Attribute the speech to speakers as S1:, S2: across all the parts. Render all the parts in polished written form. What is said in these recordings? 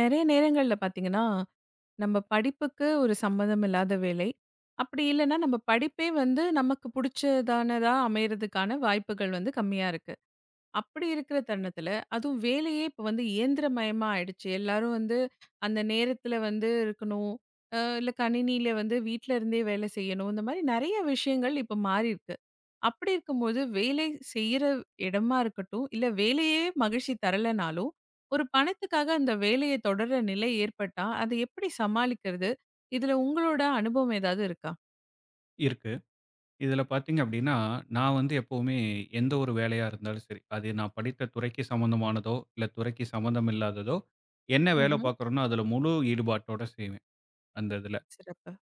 S1: நெறைய நேரங்கள்ல பார்த்தீங்கன்னா, நம்ம படிப்புக்கு ஒரு சம்மந்தம் இல்லாத வேலை. அப்படி இல்லன்னா, நம்ம படிப்பே வந்து நமக்கு புடிச்சதானதா அமையறதுக்கான வாய்ப்புகள் வந்து கம்மியா இருக்கு. அப்படி இருக்கிற தருணத்தில, அதுவும் வேலையே இப்ப வந்து இயந்திரமயமா ஆயிடுச்சு. எல்லாரும் வந்து அந்த நேரத்தில வந்து இருக்கணும். இல்ல கணினியில வந்து வீட்ல இருந்தே வேலை செய்யணும். இந்த மாரி நெறைய விஷயங்கள் இப்ப மாறிருக்கு. அப்படி இருக்கும்போது, வேலை செய்ற இடமா இருக்கட்டும், இல்ல வேலையே மகிழ்ச்சி தரலனாலும், ஒரு பணத்துக்காக அந்த வேலைய தொடர நிலை ஏற்பட்டா, அதை எப்படி சமாளிக்கிறது? இதுல உங்களோட அனுபவம் ஏதாவது இருக்கா?
S2: இருக்கு. இதில பார்த்தீங்க அப்டின்னா, நான் வந்து எப்பவுமே எந்த ஒரு வேலையா இருந்தாலும் சரி, அது நான் படித்த துறைக்கு சம்மந்தமானதோ, இல்ல துறைக்கு சம்மந்தம் இல்லாததோ, என்ன வேலை
S1: ம்ஹ்ம்.
S2: பார்க்குறேனோ அதில முழு ஈடுபாட்டோட செய்வேன், அந்த இதில.
S1: சிறப்பு.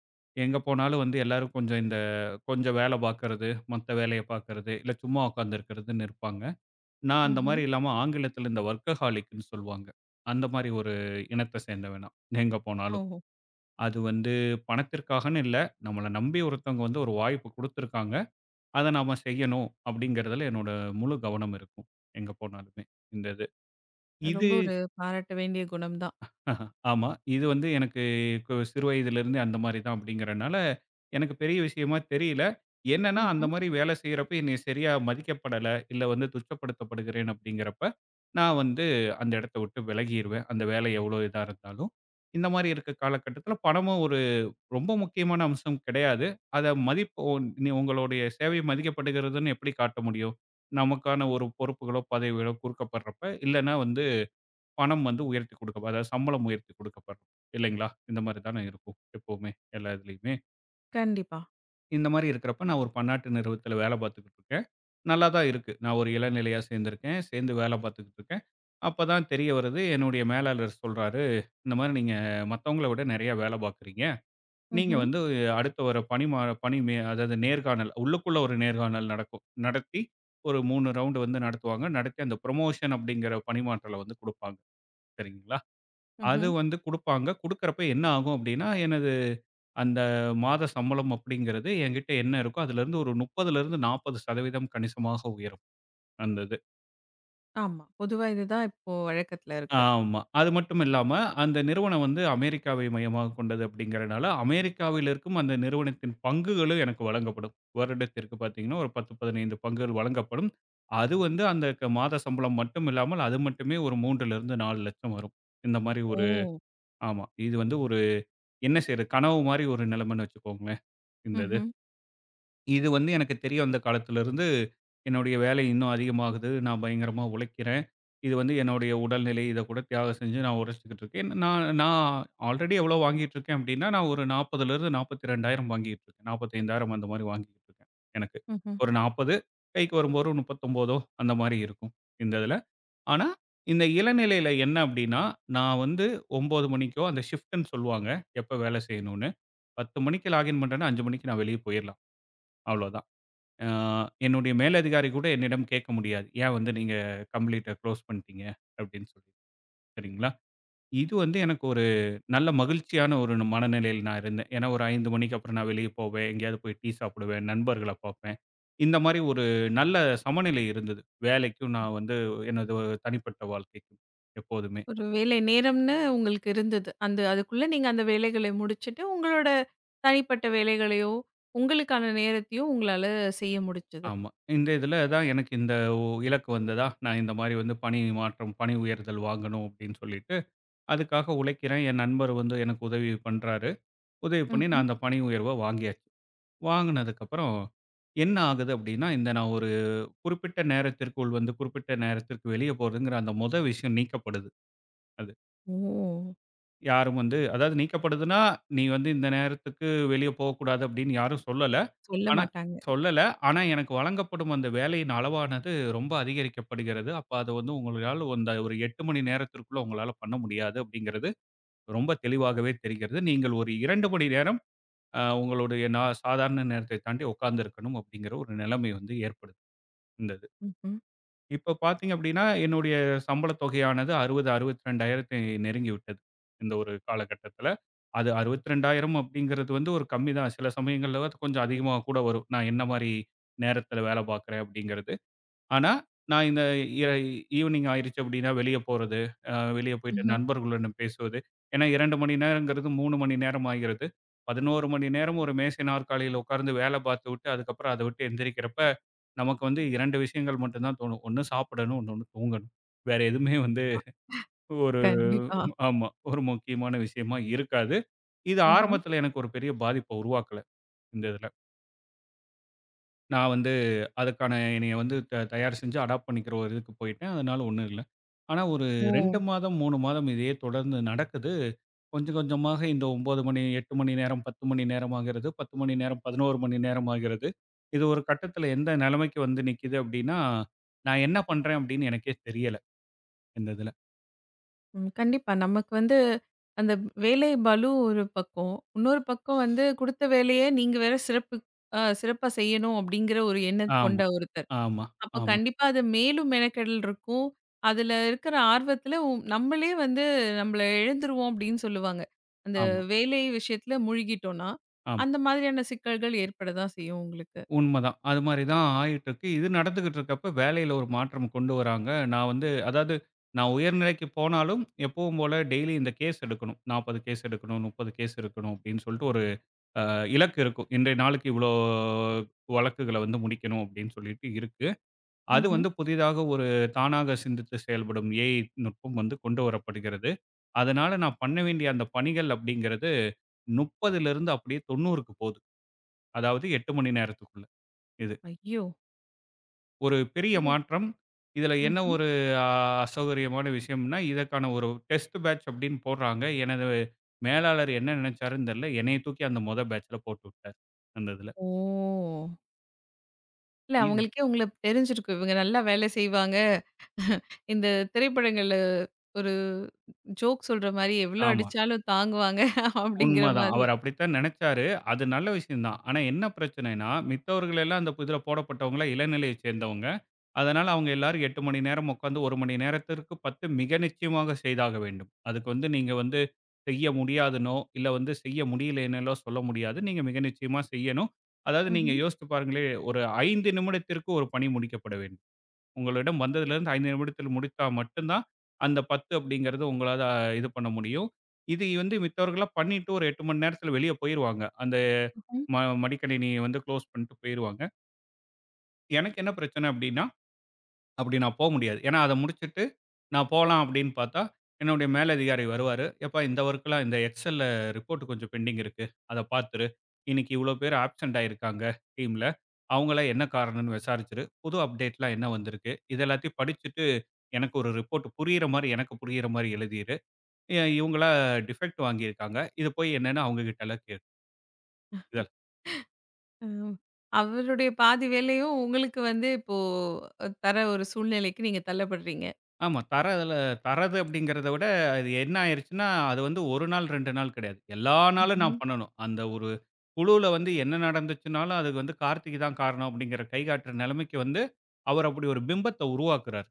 S2: எங்க போனாலும் வந்து எல்லாரும் கொஞ்சம் வேலை பார்க்கறது, மத்த வேலைய பார்க்கறது, இல்ல சும்மா உட்காந்துருக்கிறதுன்னு இருப்பாங்க. நான் அந்த
S1: ம்ஹ்ம்.
S2: மாரி இல்லாம ஆங்கிலத்தில இந்த வொர்க்கஹாலிக்ன்னு சொல்லுவாங்க. அந்த மாரி ஒரு இனத்த சேர்ந்தவன் நான், எங்க போனாலும்.
S1: ஓ!
S2: அது வந்து பணத்திற்காகன்னு இல்ல, நம்மள நம்பி ஒருத்தவங்க வந்து ஒரு வாய்ப்பு குடுத்துருக்காங்க. அத நாம செய்யணும் அப்படிங்கிறதுல என்னோட முழு கவனம் இருக்கும். எங்க போனாலுமே இந்த இது. இது
S1: ரொம்ப ஒரு பாராட்ட வேண்டிய குணம் தான்.
S2: ஆஹா, ஆமா. இது வந்து எனக்கு சிறு வயதிலிருந்தே அந்த மாரி தான் அப்படிங்கிறனால, எனக்கு பெரிய விஷயமா தெரியல. என்னன்னா அந்த
S1: ம்ஹ்ம்.
S2: மாரி வேலை செய்றப்ப என்னைய சரியா மதிக்கப்படல, இல்ல வந்து துச்சப்படுத்தப்படுகிறேன் அப்படிங்கிறப்ப, நான் வந்து அந்த இடத்த விட்டு விலகிருவேன். அந்த வேலை எவ்வளோ இதா இருந்தாலும். இந்த மாரி இருக்க காலகட்டத்தில பணமும் ஒரு ரொம்ப முக்கியமான அம்சம் கிடையாது. அத மதிப்பு நீ உங்களுடைய சேவை மதிக்கப்படுகிறதுன்னு எப்படி காட்ட முடியும்? நமக்கான ஒரு பொறுப்புகளோ, பதவிகளோ குடுக்கப்படுறப்ப, இல்லன்னா வந்து பணம் வந்து உயர்த்தி குடுக்க அதாவது சம்பளம் உயர்த்தி குடுக்கப்படும். இல்லைங்களா? இந்த மாரி தானே இருக்கும் எப்பவுமே, எல்லா இதுலயுமே.
S1: கண்டிப்பா.
S2: இந்த மாரி இருக்கிறப்ப நான் ஒரு பன்னாட்டு நிறுவனத்தில வேலை பார்த்துக்கிட்டு இருக்கேன். நல்லா தான் இருக்கு. நான் ஒரு இளநிலையா சேர்ந்திருக்கேன். சேர்ந்து வேலை பார்த்துக்கிட்டு இருக்கேன். அப்ப தான் தெரிய வருது, என்னுடைய மேலாளர் சொல்றாரு, "இந்த மாரி நீங்க மத்தவங்கள விட நெறைய வேலை பார்க்குறீங்க." நீங்க
S1: ம்ஹ்ம்.
S2: வந்து அடுத்து வர பணி மே அதாவது நேர்காணல் உள்ளுக்குள்ள ஒரு நேர்காணல் நடக்கும். நடத்தி ஒரு 3 ரவுண்டு வந்து நடத்துவாங்க. நடத்தி அந்த ப்ரமோஷன் அப்படிங்கிற பணிமாற்றல வந்து குடுப்பாங்க. சரிங்களா? அது
S1: ம்ஹ்ம்.
S2: வந்து குடுப்பாங்க. குடுக்கறப்ப என்ன ஆகும் அப்படின்னா, எனது அந்த மாத சம்பளம் அப்படிங்கிறது என்கிட்ட என்ன இருக்கோ, அதிலிருந்து ஒரு 30லிருந்து 40% கணிசமாக உயரும். அந்த
S1: ஆமா. பொதுவா இதுதான் இப்போ வழக்கத்துல இருக்கு.
S2: ஆமா. அது மட்டும் இல்லாம, அந்த நிறுவனம் வந்து அமெரிக்காவை மையமாகக் கொண்டது அப்படிங்கறனால, அமெரிக்காவில் இருக்கும் அந்த நிறுவனத்தின் பங்குகளும் எனக்கு வழங்கப்படும். வருடத்திற்கு பாத்தீங்கன்னா, ஒரு 10, 15 பங்குகள் வழங்கப்படும். அது வந்து அந்த மாத சம்பளம் மட்டும் இல்லாமல், அது மட்டுமே ஒரு 3ல இருந்து 4 லட்சம் வரும். இந்த மாரி ஒரு
S1: ஓ!
S2: ஆமா. இது வந்து ஒரு என்ன செய்யறது? கனவு மாரி ஒரு நிலைமைன்னு வச்சுக்கோங்களேன், இந்த இது.
S1: ம்ஹ்ம்.
S2: இது வந்து எனக்கு தெரிய வந்த காலத்திலருந்து, என்னுடைய வேலை இன்னும் அதிகமாகுது. நான் பயங்கரமா உழைக்கிறேன். இது வந்து என்னுடைய உடல்நிலை இத கூட தியாகம் செஞ்சு நான் உழைச்சுக்கிட்டு இருக்கேன். நான் நான் ஆல்ரெடி எவ்வளோ வாங்கிட்டு இருக்கேன் அப்படின்னா, நான் ஒரு 40,000- 42,000 வாங்கிட்டு இருக்கேன். 45,000 அந்த மாரி வாங்கிக்கிட்டு இருக்கேன் எனக்கு.
S1: ம்ஹ்ம்.
S2: ஒரு 40 கைக்கு வரும்போது ஒரு 39 அந்த மாரி இருக்கும் இந்த இதில. ஆனா, இந்த இளநிலையில என்ன அப்படின்னா, நான் வந்து 9 மணிக்கோ அந்த ஷிஃப்ட்ன்னு சொல்லுவாங்க. எப்ப வேலை செய்யணும்னு. 10 மணிக்கு லாகின் பண்றேன்னா 5 மணிக்கு நான் வெளிய போயிரலாம். அவ்வளோதான். ஆ என்னுடைய மேலதிகாரி கூட என்னிடம் கேட்க முடியாது. "ஏன் வந்து நீங்க கம்ப்ளீட்ட குளோஸ் பண்ணிட்டீங்க?" அப்படின்னு சொல்லி. சரிங்களா? இது வந்து எனக்கு ஒரு நல்ல மகிழ்ச்சியான ஒரு மனநிலையில நான் இருந்தேன். ஏன்னா ஒரு 5 மணிக்கு அப்புறம் நான் வெளிய போவேன். எங்கேயாவது போய் டீ சாப்பிடுவேன், நண்பர்கள பார்ப்பேன். இந்த மாரி ஒரு நல்ல சமநிலை இருந்தது. வேலைக்கும் நான் வந்து எனது தனிப்பட்ட வாழ்க்கைக்கும் எப்போதுமே.
S1: ஒரு வேலை நேரம்னு உங்களுக்கு இருந்தது. அதுக்குள்ள நீங்க அந்த வேலைகளை முடிச்சுட்டு, உங்களோட தனிப்பட்ட வேலைகளையோ, உங்களுக்கான நேரத்தையோ உங்களால செய்ய முடிச்சது.
S2: ஆமா. இந்த இதில தான் எனக்கு இந்த ஒ இலக்கு வந்ததா, நான் இந்த மாரி வந்து பணி மாற்றம், பணி உயர்தல் வாங்கணும் அப்படின்னு சொல்லிட்டு அதுக்காக உழைக்கிறேன். என் நண்பர் வந்து எனக்கு உதவி பண்றாரு. உதவி பண்ணி நான்
S1: ம்ஹ்ம்.
S2: அந்த பணி உயர்வ வாங்கியாச்சு. வாங்குனதுக்கப்புறம் என்ன ஆகுது அப்டின்னா, இந்த நான் ஒரு குறிப்பிட்ட நேரத்திற்குள் வந்து குறிப்பிட்ட நேரத்திற்கு வெளிய போறதுங்கிற அந்த மொத விஷயம் நீக்கப்படுது. அது.
S1: ஓ!
S2: யாரும் வந்து அதாவது நீக்கப்படுதுன்னா, நீ வந்து இந்த நேரத்துக்கு வெளிய போகக்கூடாது அப்டின்னு யாரும் சொல்லல.
S1: சொல்ல
S2: ஆனா
S1: மாட்டாங்க.
S2: சொல்லல. ஆனா எனக்கு வழங்கப்படும் அந்த வேலையின் அளவானது ரொம்ப அதிகரிக்கப்படுகிறது. அப்ப அது வந்து உங்களால அந்த ஒரு 8 மணி நேரத்திற்குள்ள உங்களால பண்ண முடியாது அப்டிங்கிறது ரொம்ப தெளிவாகவே தெரிகிறது. நீங்கள் ஒரு 2 மணி நேரம் உங்களுடைய சாதாரண நேரத்தை தாண்டி உட்கார்ந்திருக்கணும் அப்படிங்கிற ஒரு நிலைமை வந்து ஏற்படுது இந்த இது.
S1: ம்ஹ்ம்.
S2: இப்ப பார்த்தீங்க அப்படின்னா, என்னுடைய சம்பளத் தொகையானது 60, 62,000 நெருங்கி விட்டது. இந்த ஒரு காலகட்டத்தில. அது 62,000 அப்படிங்கிறது வந்து ஒரு கம்மி தான். சில சமயங்கள்ல அது கொஞ்சம் அதிகமா கூட வரும். நான் என்ன மாரி நேரத்தில வேலை பார்க்குறேன் அப்படிங்கிறது. ஆனா, நான் இந்த இ ஈவ்னிங் ஆயிருச்சு அப்படின்னா வெளிய போறது, அ வெளிய போயிட்டு
S1: ம்ஹ்ம்.
S2: நண்பர்களுடன் பேசுவது. ஏன்னா 2 மணி நேரங்கிறது 3 மணி நேரம் ஆகிறது. 11 மணி நேரம் ஒரு மேசை நாற்காலியில உட்கார்ந்து வேலை பார்த்துவிட்டு, அதுக்கப்புறம் அத விட்டு எந்திரிக்கிறப்ப, நமக்கு வந்து 2 விஷயங்கள் மட்டும் தான் தோணும். ஒண்ணு சாப்பிடணும், இன்னொன்னு தூங்கணும். வேற எதுவுமே வந்து ஒரு
S1: கண்டிப்பா.
S2: ஆமா, ஒரு முக்கியமான விஷயமா இருக்காது. இது
S1: ம்ஹ்ம்.
S2: ஆரம்பத்தில எனக்கு ஒரு பெரிய பாதிப்ப உருவாக்கல, இந்த இதுல. நான் வந்து அதுக்கான என்னைய வந்து தயார் செஞ்சு அடாப்ட் பண்ணிக்கிற ஒரு இதுக்கு போயிட்டேன். அதனால ஒண்ணும் இல்ல. ஆனா ஒரு
S1: ஓ!
S2: 2 மாதம், 3 மாதம் இதையே தொடர்ந்து நடக்குது. கொஞ்சம் கொஞ்சமாக இந்த 9 மணி, 8 மணி நேரம், 10 மணி நேரம் ஆகிறது. 10 மணி நேரம், 11 மணி நேரம் ஆகிறது. இது ஒரு கட்டத்தில எந்த நிலைமைக்கு வந்து நிக்குது அப்டின்னா, நான் என்ன பண்றேன் அப்டின்னு எனக்கே தெரியல, இந்த இதுல.
S1: ம். கண்டிப்பா. நமக்கு வந்து அந்த வேலை பளு ஒரு பக்கம். இன்னொரு பக்கம் வந்து குடுத்த வேலைய நீங்க வேற சிறப்பு அ சிறப்பா செய்யணும் அப்படிங்கிற ஒரு எண்ணம்
S2: ஆமா,
S1: கொண்ட ஒருத்தர்.
S2: ஆமா,
S1: அப்ப
S2: ஆமா,
S1: கண்டிப்பா அது மேலும் மெனக்கெடல் இருக்கும். அதுல இருக்கிற ஆர்வத்துல நம்மளே வந்து நம்மள இழந்துருவோம் அப்படின்னு சொல்லுவாங்க. அந்த
S2: ஆமா,
S1: வேலை விஷயத்துல முழுகிட்டோம்னா,
S2: ஆமா.
S1: அந்த மாதிரியான சிக்கல்கள் ஏற்பட தான் செய்யும் உங்களுக்கு.
S2: உண்மதான். அது மாரி தான் ஆயிட்டுருக்கு. இது நடந்துகிட்டு இருக்கப்ப வேலையில ஒரு மாற்றம் கொண்டு வராங்க. நான் வந்து அதாவது நான் உயர்நிலைக்கு போனாலும், எப்பவும் போல டெய்லி இந்த கேஸ் எடுக்கணும். 40 கேஸ் எடுக்கணும், 30 கேஸ் எடுக்கணும் அப்படின்னு சொல்லிட்டு ஒரு அ இலக்கு இருக்கும். இன்றைய நாளுக்கு இவ்வளோ வழக்குகள வந்து முடிக்கணும் அப்படின்னு சொல்லிட்டு இருக்கு. அது
S1: ம்ஹ்ம்.
S2: வந்து புதிதாக ஒரு தானாக சிந்தித்து செயல்படும் ஏஐ நுட்பம் வந்து கொண்டு வரப்படுகிறது. அதனால நான் பண்ண வேண்டிய அந்த பணிகள் அப்படிங்கிறது 30லிருந்து அப்படியே 90க்கு போகுது. அதாவது 8 மணி நேரத்துக்குள்ள இது.
S1: ஐயோ!
S2: ஒரு பெரிய
S1: இது
S2: மாற்றம். இதில என்ன
S1: ம்ஹ்ம்.
S2: ஒரு அ அசௌகரியமான விஷயம்னா, இதற்கான ஒரு டெஸ்ட் பேட்ச் அப்படின்னு போடுறாங்க. எனது மேலாளர் என்ன நினைச்சாருன்னு தெரியல. என்னைய தூக்கி அந்த மொத பேட்ச்ல போட்டு விட்டாரு. அந்த இதில.
S1: ஓ! இல்ல
S2: இது
S1: அவங்களுக்கே உங்கள தெரிஞ்சிருக்கும். இவங்க நல்லா வேலை செய்வாங்க. இந்த திரைப்படங்கள்ல ஒரு ஜோக் சொல்ற மாரி எவ்வளோ
S2: ஆமா.
S1: அடிச்சாலும் தாங்குவாங்க அப்படிங்கிற
S2: உண்மதான்.
S1: மாதிரி.
S2: அவர் அப்படித்தான் நெனச்சாரு. அது நல்ல விஷயம் தான். ஆனா என்ன பிரச்சனைன்னா, மித்தவர்கள் எல்லாம் அந்த இதுல போடப்பட்டவங்கலாம் இளநிலையைச் சேர்ந்தவங்க. அதனால அவங்க எல்லாரும் 8 மணி நேரம் உட்கார்ந்து 1 மணி நேரத்திற்கு 10 மிக நிச்சயமாக செய்தாக வேண்டும். அதுக்கு வந்து நீங்க வந்து செய்ய முடியாதுன்னோ, இல்ல வந்து செய்ய முடியலைன்னோ சொல்ல முடியாது. நீங்க மிக நிச்சயமா செய்யணும். அதாவது நீங்க
S1: ம்ஹ்ம்.
S2: யோசிச்சு பாருங்களேன், ஒரு 5 நிமிடத்திற்கு ஒரு பணி முடிக்கப்பட வேண்டும். உங்களிடம் வந்ததிலிருந்து 5 நிமிடத்தில் முடித்தா மட்டும் தான், அந்த 10 அப்படிங்கிறது உங்களால இது பண்ண முடியும். இது வந்து மித்தவர்கள்லாம் பண்ணிட்டு ஒரு 8 மணி நேரத்தில வெளிய போயிருவாங்க. அந்த ம மடிக்கணினிய வந்து குளோஸ் பண்ணிட்டு போயிருவாங்க. எனக்கு என்ன பிரச்சனை அப்படின்னா, அப்படி நான் போ முடியாது. ஏன்னா அத முடிச்சுட்டு நான் போலாம் அப்படின்னு பார்த்தா, என்னுடைய மேலதிகாரி வருவாரு. "எப்பா இந்த ஒர்க்லாம் இந்த எக்ஸெல்ல ரிப்போர்ட் கொஞ்சம் பெண்டிங் இருக்கு. அத பார்த்துரு. இன்னைக்கு இவ்வளோ பேர் ஆப்சென்ட் ஆயிருக்காங்க டீம்ல. அவங்கலாம் என்ன காரணம்னு விசாரிச்சுரு. புது அப்டேட்லாம் என்ன வந்திருக்கு? இது எல்லாத்தையும் படிச்சுட்டு எனக்கு ஒரு ரிப்போர்ட் புரியிற மாரி எனக்கு புரியிற மாரி எழுதிரு. இவங்களா டிஃபெக்ட் வாங்கியிருக்காங்க. இது போய் என்னன்னு அவங்க கிட்டலாம் கேக்குதல்.
S1: அ அவருடைய பாதி வேலையும் உங்களுக்கு வந்து இப்போ தர ஒரு சூழ்நிலைக்கு நீங்க தள்ளப்படுறீங்க.
S2: ஆமா. தரது அப்படிங்கிறத விட அது என்ன ஆயிருச்சுன்னா, அது வந்து 1 நாள் 2 நாள் கிடையாது. எல்லா நாளும்
S1: ம்ஹ்ம்.
S2: நான் பண்ணணும். அந்த ஒரு குழுவுல வந்து என்ன நடந்துச்சுனாலும், அதுக்கு வந்து கார்த்திக் தான் காரணம் அப்படிங்கிற கைகாட்டுற நிலைமைக்கு வந்து, அவர் அப்படி ஒரு பிம்பத்த உருவாக்குறாரு.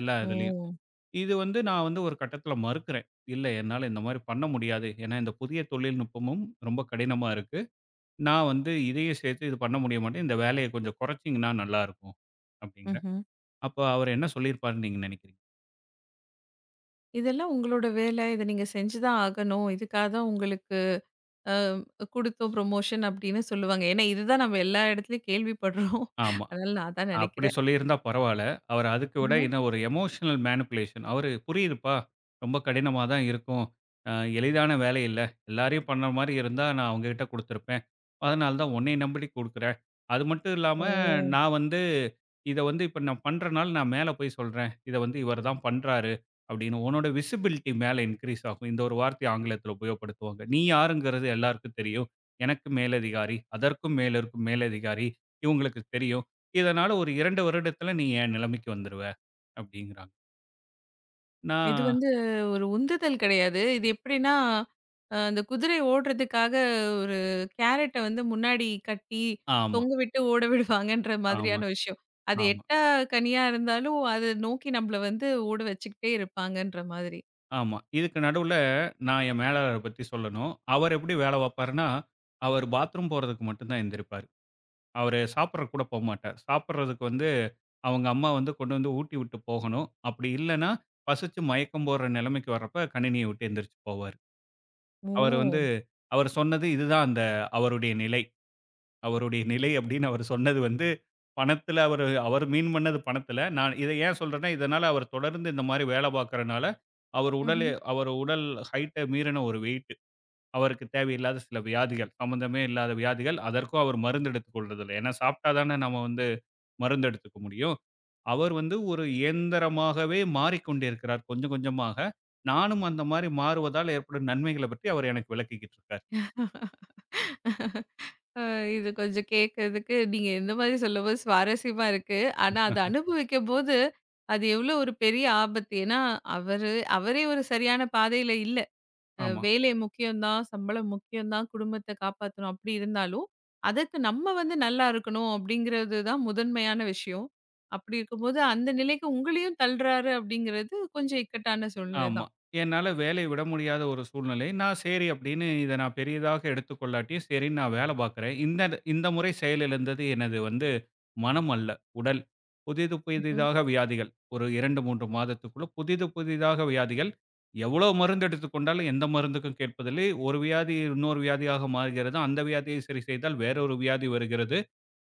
S2: எல்லா இதுலயும்.
S1: ஓ!
S2: இது வந்து நான் வந்து ஒரு கட்டத்தில மறுக்கிறேன். இல்ல என்னால இந்த மாரி பண்ண முடியாது. ஏன்னா இந்த புதிய தொழில்நுட்பமும் ரொம்ப கடினமா இருக்கு. நான் வந்து இதையும் சேர்த்து இது பண்ண முடிய மாட்டேன். இந்த வேலைய கொஞ்சம் குறைச்சீங்கன்னா நல்லாருக்கும் அப்படிங்கிறேன்.
S1: ம்ஹ்ம்.
S2: அப்ப அவரு என்ன சொல்லியிருப்பாருன்னு நீங்க நினைக்கிறீங்க?
S1: இதெல்லாம் உங்களோட வேலை. இத நீங்க செஞ்சு தான் ஆகணும். இதுக்காக தான் உங்களுக்கு அ குடுத்தோம் ப்ரமோஷன் அப்படின்னு சொல்லுவாங்க. ஏன்னா, இதுதான் நம்ம எல்லா இடத்துலயும் கேள்விப்படுறோம்.
S2: ஆமா.
S1: அதனால நான் அதான்
S2: அப்படி
S1: நினைக்கிறேன்.
S2: சொல்லியிருந்தா பரவால்ல. அவரு அதுக்கு விட
S1: ம்ஹ்ம்.
S2: என்ன ஒரு எமோஷனல் மேனிபுலேஷன். அவரு புரியுதுப்பா. ரொம்ப கடினமா தான் இருக்கும். அ எளிதான வேலை இல்ல. எல்லாரையும் பண்ண மாரி இருந்தா நான் அவங்ககிட்ட குடுத்துருப்பேன். அதனால தான் உன்னைய நம்பி குடுக்குறேன். அது மட்டும் இல்லாம
S1: ஓ!
S2: நான் வந்து இத வந்து இப்ப நான் பண்றனால, நான் மேல போய் சொல்றேன். இத வந்து இவர் தான் பண்றாரு அப்படின்னு. உன்னோட விசிபிலிட்டி மேல இன்கிரீஸ் ஆகும். இந்த ஒரு வார்த்தைய ஆங்கிலத்தில உபயோகப்படுத்துவாங்க. நீ யாருங்கிறது எல்லாருக்கும் தெரியும். எனக்கு மேலதிகாரி, அதற்கும் மேல இருக்கும் மேலதிகாரி இவங்களுக்கு தெரியும். இதனால ஒரு 2 வருடத்தில நீ என் நிலைமைக்கு வந்துருவ அப்படிங்கிறாங்க.
S1: இது
S2: நான்
S1: வந்து ஒரு உந்துதல் கிடையாது. இது எப்படின்னா, அந்த குதிரை ஓடுறதுக்காக ஒரு கேரட்ட வந்து முன்னாடி கட்டி,
S2: ஆமா,
S1: தொங்க விட்டு ஓட விடுவாங்கன்ற
S2: ஆமா,
S1: மாதிரியான விஷயம். அது
S2: ஆமா,
S1: எட்டா கனியா இருந்தாலும், அத நோக்கி நம்மள வந்து ஓட வச்சுக்கிட்டே இருப்பாங்கன்ற மாதிரி.
S2: ஆமா. இதுக்கு நடுவுல நான் என் மேலாளர பத்தி சொல்லணும். அவர் எப்படி வேல பாப்பாருன்னா, அவர் பாத்ரூம் போறதுக்கு மட்டும் தான் எந்திரிப்பாரு. அவரு சாப்பிடறக்கு கூட போமாட்டார். சாப்பிடறதுக்கு வந்து அவங்க அம்மா வந்து கொண்டு வந்து ஊட்டி விட்டு போகணும். அப்படி இல்லன்னா, பசிச்சு மயக்கம் போடுற நிலைமைக்கு வர்றப்ப கணினிய விட்டு எந்திரிச்சு போவாரு. அவரு வந்து
S1: ஓ!
S2: அவர் சொன்னது இதுதான் அந்த அவருடைய நிலை. அவருடைய நிலை அப்படின்னு அவர் சொன்னது வந்து பணத்தில அவர் மீன் பண்ணது பணத்தில. நான் இத ஏன் சொல்றேன்னா, இதனால அவர் தொடர்ந்து இந்த மாரி வேலை பார்க்கிறனால, அவர் உடல்
S1: ம்ஹ்ம்.
S2: அவர் உடல் ஹைட்ட மீறின ஒரு வெயிட். அவருக்கு தேவையில்லாத சில வியாதிகள், சம்மந்தமே இல்லாத வியாதிகள். அதற்கும் அவர் மருந்து எடுத்துக் கொள்றதில்ல. ஏன்னா சாப்பிட்டா தானே நம்ம வந்து மருந்து எடுத்துக்க முடியும். அவர் வந்து ஒரு இயந்திரமாகவே மாறிக்கொண்டிருக்கிறார் கொஞ்சம் கொஞ்சமாக. நானும் அந்த மாரி மாறுவதால் ஏற்படும் நன்மைகள பற்றி அவர் எனக்கு விளக்கிக்கிட்டு இருக்கார்.
S1: அ இது கொஞ்சம் கேட்கறதுக்கு நீங்க இந்த மாதிரி சொல்லும்போது சுவாரஸ்யமா இருக்கு. ஆனா, அத அனுபவிக்கும்போது, அது எவ்வளோ ஒரு பெரிய ஆபத்து. ஏன்னா, அவரு அவரே ஒரு சரியான பாதையில இல்ல.
S2: ஆமா,
S1: வேலை முக்கியம் தான், சம்பளம் முக்கியம் தான், குடும்பத்த காப்பாத்தணும் அப்படி இருந்தாலும், அதற்கு நம்ம வந்து நல்லா இருக்கணும் அப்படிங்கிறது தான் முதன்மையான விஷயம். அப்படி இருக்கும்போது, அந்த நிலைக்கு உங்களையும் தள்றாரு அப்படிங்கிறது கொஞ்சம் இக்கட்டான சூழ்நிலை
S2: ஆமா. என்னால வேலைய விட முடியாத ஒரு சூழ்நிலை. நான் சரி அப்படின்னு இத நான் பெரியதாக எடுத்துக்கொள்ளாட்டியும் சரின்னு நான் வேல பார்க்கிறேன். இந்த இந்த முறை செயலிழந்தது எனது வந்து மனம் அல்ல, உடல். புதிது
S1: தான்.
S2: புதிதாக வியாதிகள். ஒரு 2, 3 மாதத்துக்குள்ள புதிது புதிதாக வியாதிகள். எவ்வளோ மருந்து எடுத்துக் கொண்டாலும் எந்த மருந்துக்கும் கேட்பதில்லை. ஒரு வியாதி இன்னொரு வியாதியாக மாறுகிறது. அந்த வியாதியை சரி செய்தால் வேறொரு வியாதி வருகிறது.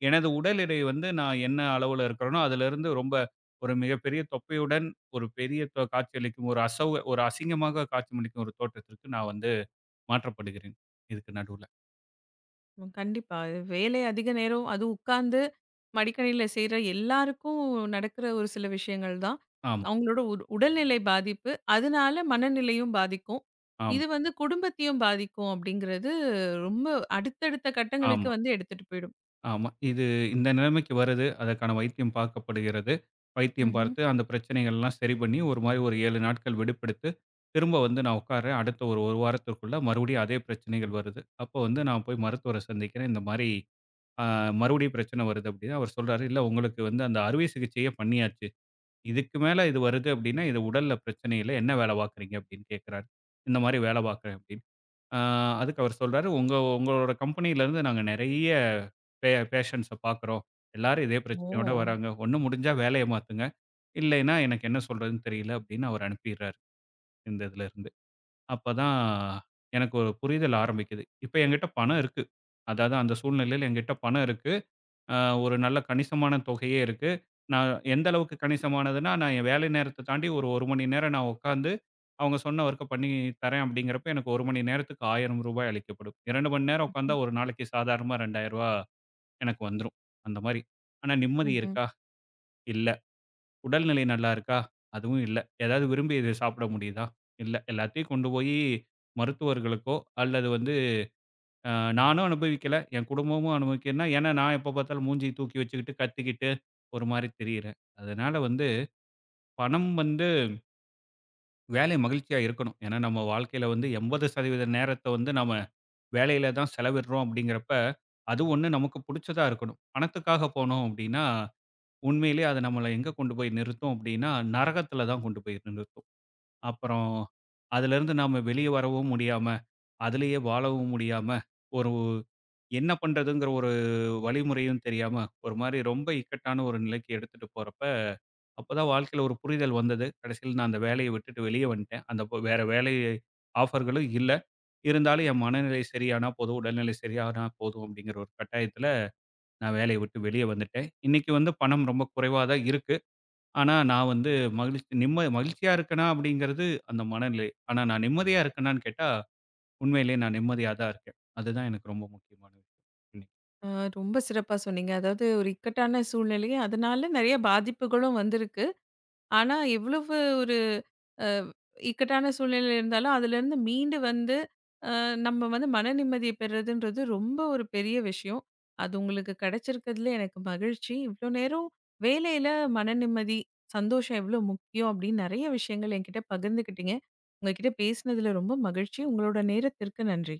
S2: எனது உடல் எடை வந்து நான் என்ன அளவுல இருக்கிறேனோ அதிலிருந்து ரொம்ப ஒரு மிகப்பெரிய தொப்பையுடன் ஒரு பெரிய காட்சியளிக்கும் ஒரு ஒரு அசிங்கமாக காட்சியமளிக்கும் ஒரு தோற்றத்திற்கு நான் வந்து மாற்றப்படுகிறேன். இதுக்கு நடுவுல.
S1: ம், கண்டிப்பா. அது வேலை அதிக நேரம் அது உட்கார்ந்து மடிக்கணினியில செய்ற எல்லாருக்கும் நடக்கிற ஒரு சில விஷயங்கள் தான்.
S2: ஆமா,
S1: அவங்களோட உடல்நிலை பாதிப்பு, அதனால மனநிலையும் பாதிக்கும்.
S2: ஆமா,
S1: இது வந்து குடும்பத்தையும் பாதிக்கும் அப்படிங்கிறது ரொம்ப அடுத்தடுத்த கட்டங்களுக்கு
S2: ஆமா.
S1: வந்து எடுத்துட்டு போயிடும்.
S2: ஆமா. இந்த நிலைமைக்கு வருது. அதற்கான வைத்தியம் பார்க்கப்படுகிறது. வைத்தியம்
S1: ம்ஹ்ம்.
S2: பார்த்து அந்த பிரச்சனைகள்லாம் சரி பண்ணி, ஒரு மாரி ஒரு 7 நாட்கள் விடுப்பெடுத்து, திரும்ப வந்து நான் உட்கார்றேன். அடுத்த ஒரு 1 வாரத்திற்குள்ள மறுபடியும் அதே பிரச்சனைகள் வருது. அப்போ வந்து நான் போய் மருத்துவர சந்திக்கிறேன். இந்த மாரி அ மறுபடியும் பிரச்சனை வருது அப்டின்னா, அவர் சொல்றாரு, "இல்ல உங்களுக்கு வந்து அந்த அறுவை சிகிச்சையே பண்ணியாச்சு. இதுக்கு மேல இது வருது அப்டின்னா, இது உடல்ல பிரச்சனை இல்ல. என்ன வேலை பார்க்குறீங்க?" அப்டின்னு கேட்கிறாரு. இந்த மாரி வேலை பார்க்குறேன் அப்டின்னு. ஆ அதுக்கு அவர் சொல்றாரு, உங்களோட கம்பெனியிலருந்து நாங்க நெறைய பேஷண்ட்ஸ பார்க்குறோம். எல்லாரும் இதே
S1: ஓ!
S2: பிரச்சனையோட வராங்க. ஒண்ணு முடிஞ்சா வேலைய மாத்துங்க. இல்லைன்னா எனக்கு என்ன சொல்றதுன்னு தெரியல." அப்படின்னு அவர் அனுப்பிடுறாரு இந்த இதுலருந்து. அப்பதான் எனக்கு ஒரு புரிதல் ஆரம்பிக்குது. இப்ப என்கிட்ட பணம் இருக்கு. அதாவது அந்த சூழ்நிலையில என்கிட்ட பணம் இருக்கு. அ ஒரு நல்ல கணிசமான தொகையே இருக்கு. நான் எந்த அளவுக்கு கணிசமானதுன்னா, நான் என் வேலை நேரத்த தாண்டி ஒரு 1 மணி நேரம் நான் உட்காந்து, அவங்க சொன்ன வொர்க்க பண்ணி தரேன் அப்படிங்கிறப்ப, எனக்கு 1 மணி நேரத்துக்கு ரூ. 1000 அளிக்கப்படும். 2 மணி நேரம் உட்காந்தா ஒரு நாளைக்கு சாதாரணமா ரூ. 2000 எனக்கு வந்துரும். அந்த மாரி. ஆனா நிம்மதி
S1: ம்ஹ்ம்.
S2: இருக்கா? இல்ல. உடல்நிலை நல்லா இருக்கா? அதுவும் இல்ல. ஏதாவது விரும்பி இத சாப்பிட முடியுதா? இல்ல. எல்லாத்தையும் கொண்டு போயி மருத்துவர்களுக்கோ, அல்லது வந்து அ நானும் அனுபவிக்கல. என் குடும்பமும் அனுபவிக்கலன்னா, ஏன்னா நான் எப்ப பார்த்தாலும் மூஞ்சிய தூக்கி வச்சுக்கிட்டு, கத்திக்கிட்டு ஒரு மாரி திரியிறேன். அதனால வந்து பணம் வந்து வேலை மகிழ்ச்சியா இருக்கணும். ஏன்னா நம்ம வாழ்க்கையில வந்து 80% நேரத்த வந்து நாம வேலையில தான் செலவிடுறோம் அப்படிங்கிறப்ப, அது ஒண்ணு நமக்கு புடிச்சதா இருக்கணும். பணத்துக்காக போனோம் அப்படின்னா, உண்மையிலேயே அது நம்மள எங்க கொண்டு போய் நிறுத்தும் அப்படின்னா, நரகத்துல தான் கொண்டு போய் நிறுத்தும். அப்புறம் அதுலேருந்து நாம வெளிய வரவும் முடியாம, அதிலேயே வாழவும் முடியாம, ஒரு என்ன பண்றதுங்கிற ஒரு வழிமுறையும் தெரியாம, ஒரு மாரி ரொம்ப இக்கட்டான ஒரு நிலைக்கு எடுத்துட்டு போறப்ப, அப்பதான் வாழ்க்கையில ஒரு புரிதல் வந்தது. கடைசியில நான் அந்த வேலைய விட்டுட்டு வெளிய வந்துட்டேன். அந்த வேற வேலை ஆஃபர்களும் இல்ல. இருந்தாலும் என் மனநிலை சரியானா போதும், உடல்நிலை சரியானா போதும் அப்படிங்கிற ஒரு கட்டாயத்தில நான் வேலைய விட்டு வெளிய வந்துட்டேன். இன்னைக்கு வந்து பணம் ரொம்ப குறைவா தான் இருக்கு. ஆனா, நான் வந்து மகிழ்ச்சி மகிழ்ச்சியா இருக்கனா அப்படிங்கிறது அந்த மனநிலை. ஆனா, நான் நிம்மதியா இருக்கனான்னு கேட்டா, உண்மையிலேயே நான் நிம்மதியா தான் இருக்கேன். அதுதான் எனக்கு ரொம்ப முக்கியமான விஷயம். ம்.
S1: அ ரொம்ப சிறப்பா சொன்னீங்க. அதாவது ஒரு இக்கட்டான சூழ்நிலை, அதனால நெறைய பாதிப்புகளும் வந்திருக்கு. ஆனா, எவ்வளவு ஒரு அ இக்கட்டான சூழ்நிலை இருந்தாலும், அதுலேருந்து மீண்டு வந்து, அ நம்ம வந்து மன நிம்மதிய பெறுறதுன்றது ரொம்ப ஒரு பெரிய விஷயம். அது உங்களுக்கு கிடைச்சிருக்கிறதுல எனக்கு மகிழ்ச்சி. இவ்ளோ நேரம் வேலையில மன நிம்மதி, சந்தோஷம் எவ்ளோ முக்கியம் அப்படின்னு நெறைய விஷயங்கள் என்கிட்ட பகிர்ந்துக்கிட்டீங்க. உங்க கிட்ட பேசினதுல ரொம்ப மகிழ்ச்சி. உங்களோட நேரத்திற்கு நன்றி.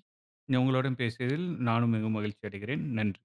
S2: உங்களுடன் பேசியதில் நானும் மிகவும் மகிழ்ச்சி அடைகிறேன். நன்றி.